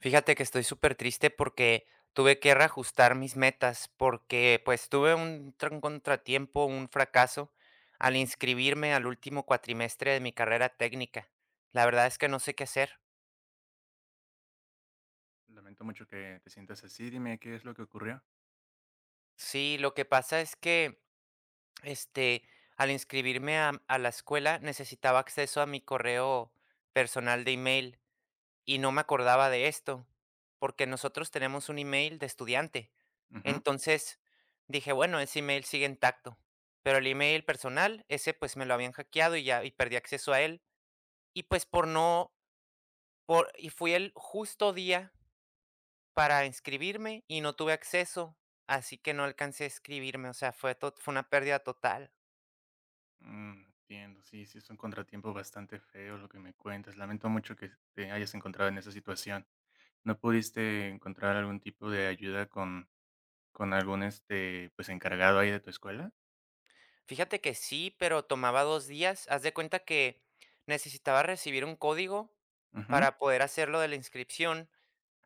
Fíjate que estoy súper triste porque tuve que reajustar mis metas, porque pues tuve un contratiempo, un fracaso al Ujú. inscribirme al último cuatrimestre de mi carrera técnica. La verdad es que no sé qué hacer. Lamento mucho que te sientas así. Dime qué es lo que ocurrió. Sí, lo que pasa es que este, al inscribirme a la escuela necesitaba acceso a mi correo personal de email. Y no me acordaba de esto, porque nosotros tenemos un email de estudiante. Ujú. Entonces, dije: "Bueno, ese email sigue intacto", pero el email personal, ese, pues, me lo habían hackeado y ya perdí acceso a él. Y, pues, por no por y fui el justo día para inscribirme y no tuve acceso, así que no alcancé a escribirme, o sea, fue una pérdida total. Mm, Entiendo, sí, sí, es un contratiempo bastante feo lo que me cuentas. Lamento mucho que te hayas encontrado en esa situación. ¿No pudiste encontrar algún tipo de ayuda con algún pues encargado ahí de tu escuela? Fíjate que sí, pero tomaba 2 días. Haz de cuenta que necesitaba recibir un código Ujú. para poder hacerlo de la inscripción,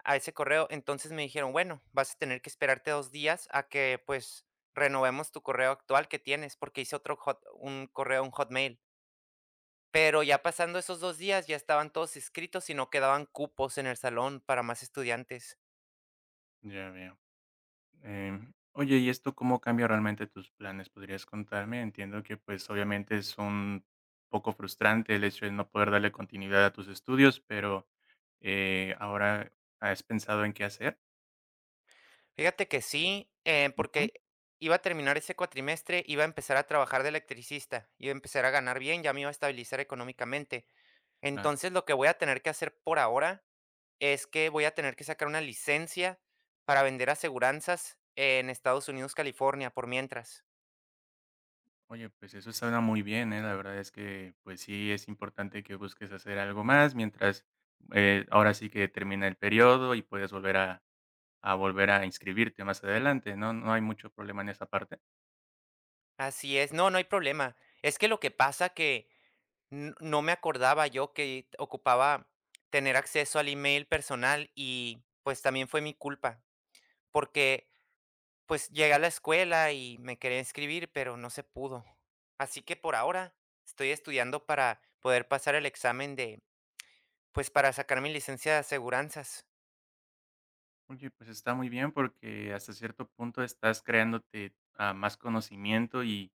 a ese correo. Entonces me dijeron, bueno, vas a tener que esperarte dos días a que pues renovemos tu correo actual que tienes, porque hice otro un correo, un hotmail. Pero ya pasando esos dos días ya estaban todos inscritos y no quedaban cupos en el salón para más estudiantes. Ya veo. Oye, ¿y esto cómo cambia realmente tus planes? ¿Podrías contarme? Entiendo que, pues, obviamente es un poco frustrante el hecho de no poder darle continuidad a tus estudios, pero ahora has pensado en qué hacer. Fíjate que sí, Ujú, porque iba a terminar ese cuatrimestre, iba a empezar a trabajar de electricista, iba a empezar a ganar bien, ya me iba a estabilizar económicamente. claro. Entonces lo que voy a tener que hacer por ahora es que voy a tener que sacar una licencia para vender aseguranzas en Estados Unidos, California, por mientras. Oye, pues eso suena muy bien, ¿eh? La verdad es que, pues sí, es importante que busques hacer algo más mientras ahora sí que termina el periodo y puedes volver a volver a inscribirte más adelante, ¿no? No hay mucho problema en esa parte. Así es. No, no hay problema. Es que lo que pasa que no me acordaba yo que ocupaba tener acceso al email personal y pues también fue mi culpa, porque pues llegué a la escuela y me quería inscribir, pero no se pudo. Así que por ahora estoy estudiando para poder pasar el examen, de, pues, para sacar mi licencia de aseguranzas. Oye, pues está muy bien porque hasta cierto punto estás creándote más conocimiento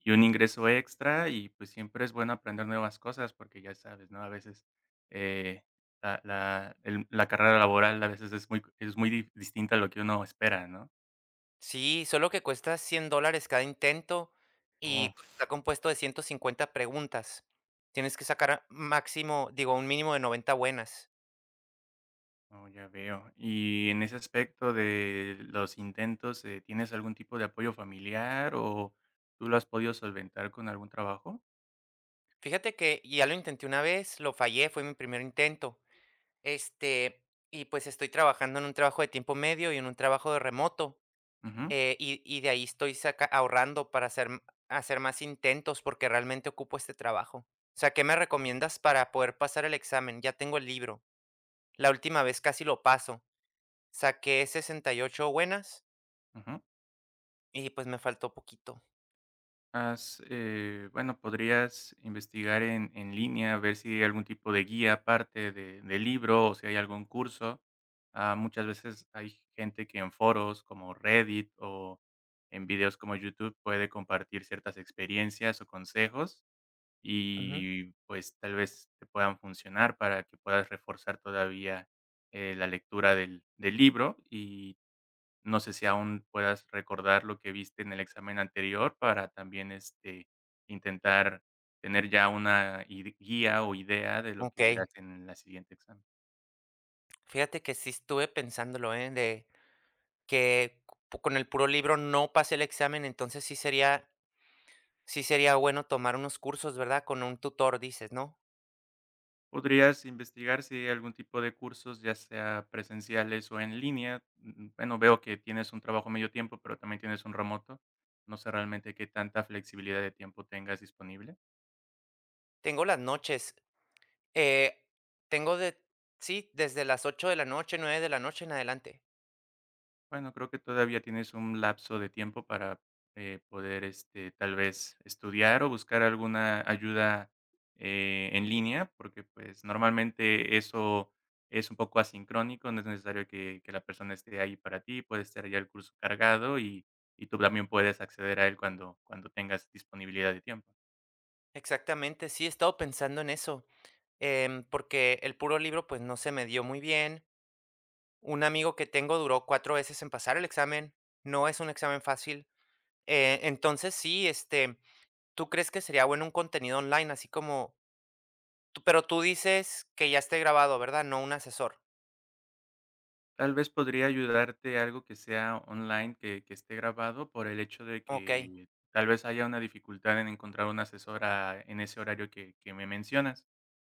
y un ingreso extra y pues siempre es bueno aprender nuevas cosas porque ya sabes, ¿no? A veces eh, la carrera laboral a veces es muy distinta a lo que uno espera, ¿no? Sí, solo que cuesta $100 cada intento Oh, y está compuesto de 150 preguntas. Tienes que sacar máximo, digo, un mínimo de 90 buenas. oh, ya veo. Y en ese aspecto de los intentos, ¿tienes algún tipo de apoyo familiar o tú lo has podido solventar con algún trabajo? Fíjate que ya lo intenté una vez, lo fallé, fue mi primer intento. Este, y pues estoy trabajando en un trabajo de tiempo medio y en un trabajo de remoto. Ujú, Y de ahí estoy ahorrando para hacer más intentos porque realmente ocupo este trabajo. O sea, ¿qué me recomiendas para poder pasar el examen? Ya tengo el libro. La última vez casi lo paso. Saqué 68 buenas ujú. y, pues, me faltó poquito. Has, bueno, podrías investigar en línea, ver si hay algún tipo de guía aparte de libro o si hay algún curso. Ah, muchas veces hay gente que en foros como Reddit o en videos como YouTube puede compartir ciertas experiencias o consejos Ujú. y pues tal vez te puedan funcionar para que puedas reforzar todavía la lectura del, del libro. No sé si aún puedas recordar lo que viste en el examen anterior para también, intentar tener ya una id guía o idea de lo que Okey. verás en la siguiente examen. Fíjate que sí estuve pensándolo, ¿eh? De que c con el puro libro no pasé el examen, entonces sí sería bueno tomar unos cursos, ¿verdad? Con un tutor, dices, ¿no? Podrías investigar si hay algún tipo de cursos, ya sea presenciales o en línea. Mm, bueno, veo que tienes un trabajo medio tiempo, pero también tienes un remoto. No sé realmente qué tanta flexibilidad de tiempo tengas disponible. Tengo las noches, eh, tengo de sí, desde las 8 de la noche, 9 de la noche en adelante. Bueno, creo que todavía tienes un lapso de tiempo para, poder, tal vez estudiar o buscar alguna ayuda, en línea, porque, pues, normalmente eso es un poco asincrónico, no es necesario que la persona esté ahí para ti. Puede estar ya el curso cargado y tú también puedes acceder a él cuando tengas disponibilidad de tiempo. Exactamente, sí, he estado pensando en eso, porque el puro libro, pues, no se me dio muy bien. Un amigo que tengo duró 4 veces en pasar el examen, no es un examen fácil. Entonces sí, ¿tú crees que sería bueno un contenido online? Así como tú pero tú dices que ya esté grabado, ¿verdad? No un asesor. Tal vez podría ayudarte algo que sea online, que esté grabado, por el hecho de Okey. que tal vez haya una dificultad en encontrar una asesora en ese horario que me mencionas.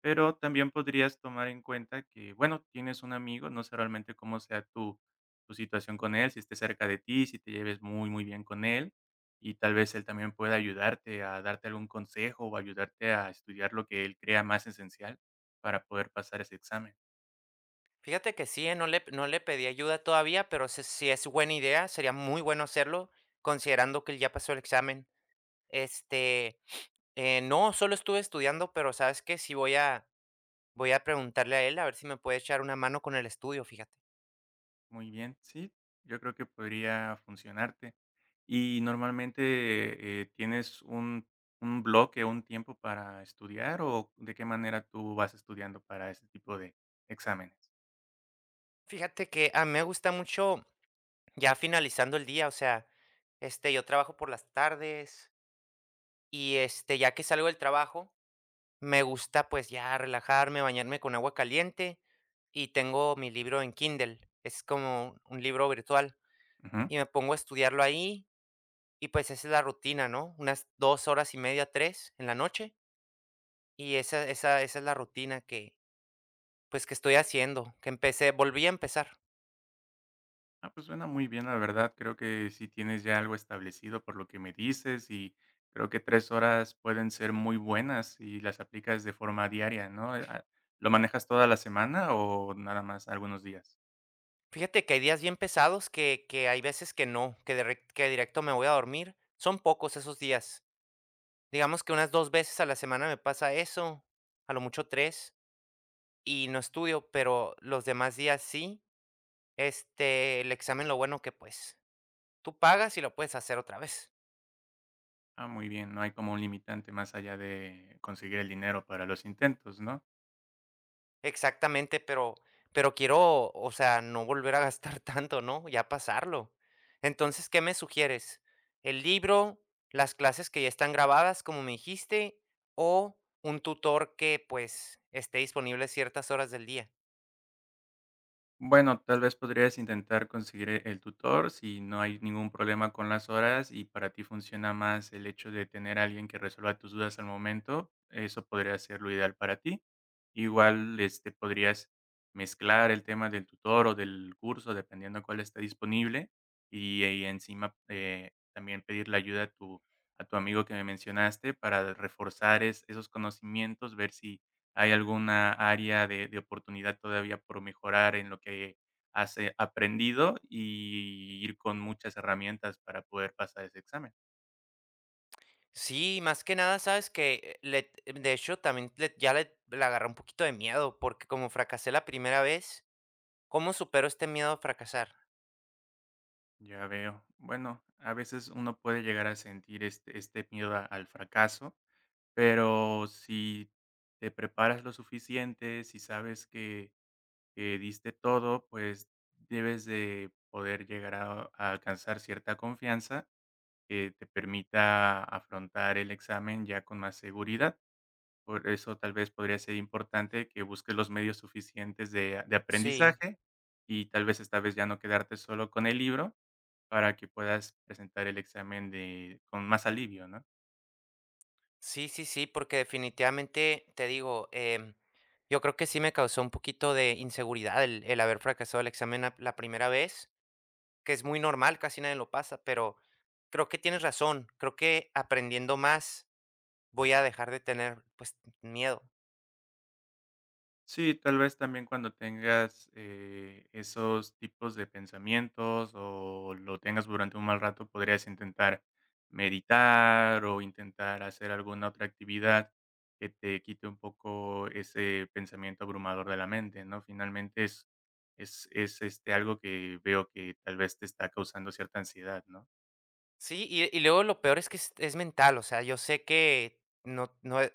Pero también podrías tomar en cuenta que, bueno, tienes un amigo, no sé realmente cómo sea tu tu situación con él, si esté cerca de ti, si te lleves muy, muy bien con él, y tal vez él también pueda ayudarte a darte algún consejo o ayudarte a estudiar lo que él crea más esencial para poder pasar ese examen. Fíjate que sí, ¿eh? No le pedí ayuda todavía, pero sí es buena idea, sería muy bueno hacerlo, considerando que él ya pasó el examen. Este, no, solo estuve estudiando, pero, ¿sabes? Que sí voy a preguntarle a él, a ver si me puede echar una mano con el estudio, fíjate. Muy bien, sí, yo creo que podría funcionarte. ¿Y normalmente tienes un bloque un tiempo para estudiar o de qué manera tú vas estudiando para este tipo de exámenes? Fíjate que a mí me gusta mucho ya finalizando el día, o sea, yo trabajo por las tardes y, ya que salgo del trabajo, me gusta, pues, ya relajarme, bañarme con agua caliente y tengo mi libro en Kindle. Es como un libro virtual Ujú. y me pongo a estudiarlo ahí y, pues, esa es la rutina, ¿no? Unas 2 horas y media, 3 en la noche y esa es la rutina que, pues, que estoy haciendo, que empecé volví a empezar. Ah, pues suena muy bien, la verdad. Creo que sí tienes ya algo establecido por lo que me dices y creo que tres horas pueden ser muy buenas si las aplicas de forma diaria, ¿no? ¿Lo manejas toda la semana o nada más algunos días? Fíjate que hay días bien pesados que hay veces que no, que directo me voy a dormir. Son pocos esos días. Digamos que unas 2 veces a la semana me pasa eso, a lo mucho 3, y no estudio, pero los demás días sí. El examen, lo bueno que, pues, tú pagas y lo puedes hacer otra vez. Ah, muy bien, no hay como un limitante más allá de conseguir el dinero para los intentos, ¿no? Exactamente, pero quiero, o sea, no volver a gastar tanto, ¿no? Ya pasarlo. Entonces, ¿qué me sugieres? ¿El libro, las clases que ya están grabadas, como me dijiste, o un tutor que, pues, esté disponible ciertas horas del día? Bueno, tal vez podrías intentar conseguir el tutor si no hay ningún problema con las horas y para ti funciona más el hecho de tener a alguien que resuelva tus dudas al momento, eso podría ser lo ideal para ti. Igual, podrías mezclar el tema del tutor o del curso, dependiendo cuál está disponible, y encima también pedir la ayuda a tu amigo que me mencionaste para reforzar esos conocimientos, ver si ¿hay alguna área de oportunidad todavía por mejorar en lo que has, aprendido? Y ir con muchas herramientas para poder pasar ese examen. Sí, más que nada, sabes que, le de hecho, también le, ya le agarré un poquito de miedo, porque como fracasé la primera vez. ¿Cómo supero este miedo a fracasar? Ya veo. Bueno, a veces uno puede llegar a sentir este este miedo a al fracaso, pero si te preparas lo suficiente, si sabes que diste todo, pues, debes de poder llegar a alcanzar cierta confianza que te permita afrontar el examen ya con más seguridad. Por eso tal vez podría ser importante que busques los medios suficientes de Sí. aprendizaje y tal vez esta vez ya no quedarte solo con el libro para que puedas presentar el examen de con más alivio, ¿no? Sí, sí, sí, porque definitivamente te digo, yo creo que sí me causó un poquito de inseguridad el haber fracasado el examen la primera vez, que es muy normal, casi nadie lo pasa, pero creo que tienes razón, creo que aprendiendo más voy a dejar de tener, pues, miedo. Sí, tal vez también cuando tengas esos tipos de pensamientos o lo tengas durante un mal rato, podrías intentar meditar o intentar hacer alguna otra actividad que te quite un poco ese pensamiento abrumador de la mente, ¿no? Finalmente es algo que veo que tal vez te está causando cierta ansiedad, ¿no? Sí, y luego lo peor es que es mental, o sea, yo sé que no, no e-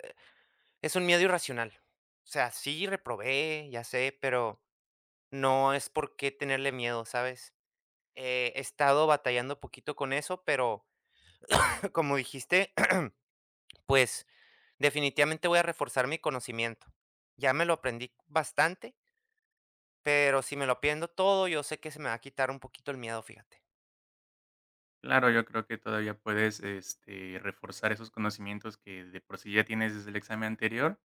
es un miedo irracional. O sea, sí reprobé, ya sé, pero no es por qué tenerle miedo, ¿sabes? He estado batallando poquito con eso, pero como dijiste, pues definitivamente voy a reforzar mi conocimiento. Ya me lo aprendí bastante, pero si me lo aprendo todo, yo sé que se me va a quitar un poquito el miedo, fíjate. Claro, yo creo que todavía puedes, reforzar esos conocimientos que de por sí ya tienes desde el examen anterior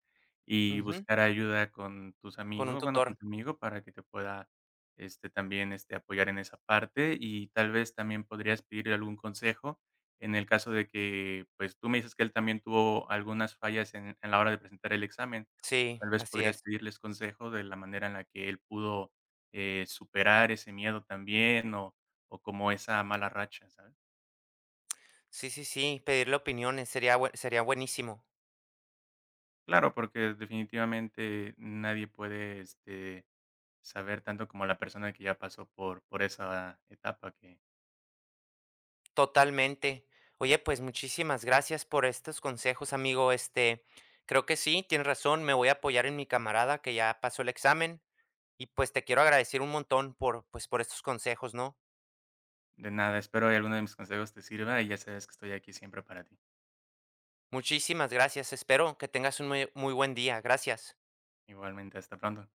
y Ujú. buscar ayuda con tus Con un amigos, bueno, tutor. con tu amigo para que te pueda, también, apoyar en esa parte y tal vez también podrías pedirle algún consejo en el caso de que, pues, tú me dices que él también tuvo algunas fallas en la hora de presentar el examen. Sí, Tal vez así podrías es. pedirles consejo de la manera en la que él pudo, superar ese miedo también o como esa mala racha, ¿sabes? Sí, sí, sí, pedirle opiniones sería, sería buenísimo. Claro, porque definitivamente nadie puede, saber tanto como la persona que ya pasó por esa etapa que Totalmente. Oye, pues muchísimas gracias por estos consejos, amigo. Creo que sí, tienes razón. Me voy a apoyar en mi camarada que ya pasó el examen. Y pues te quiero agradecer un montón pues por estos consejos, ¿no? de nada, espero que alguno de mis consejos te sirva y ya sabes que estoy aquí siempre para ti. Muchísimas gracias. Espero que tengas un muy, muy buen día. Gracias. Igualmente, hasta pronto.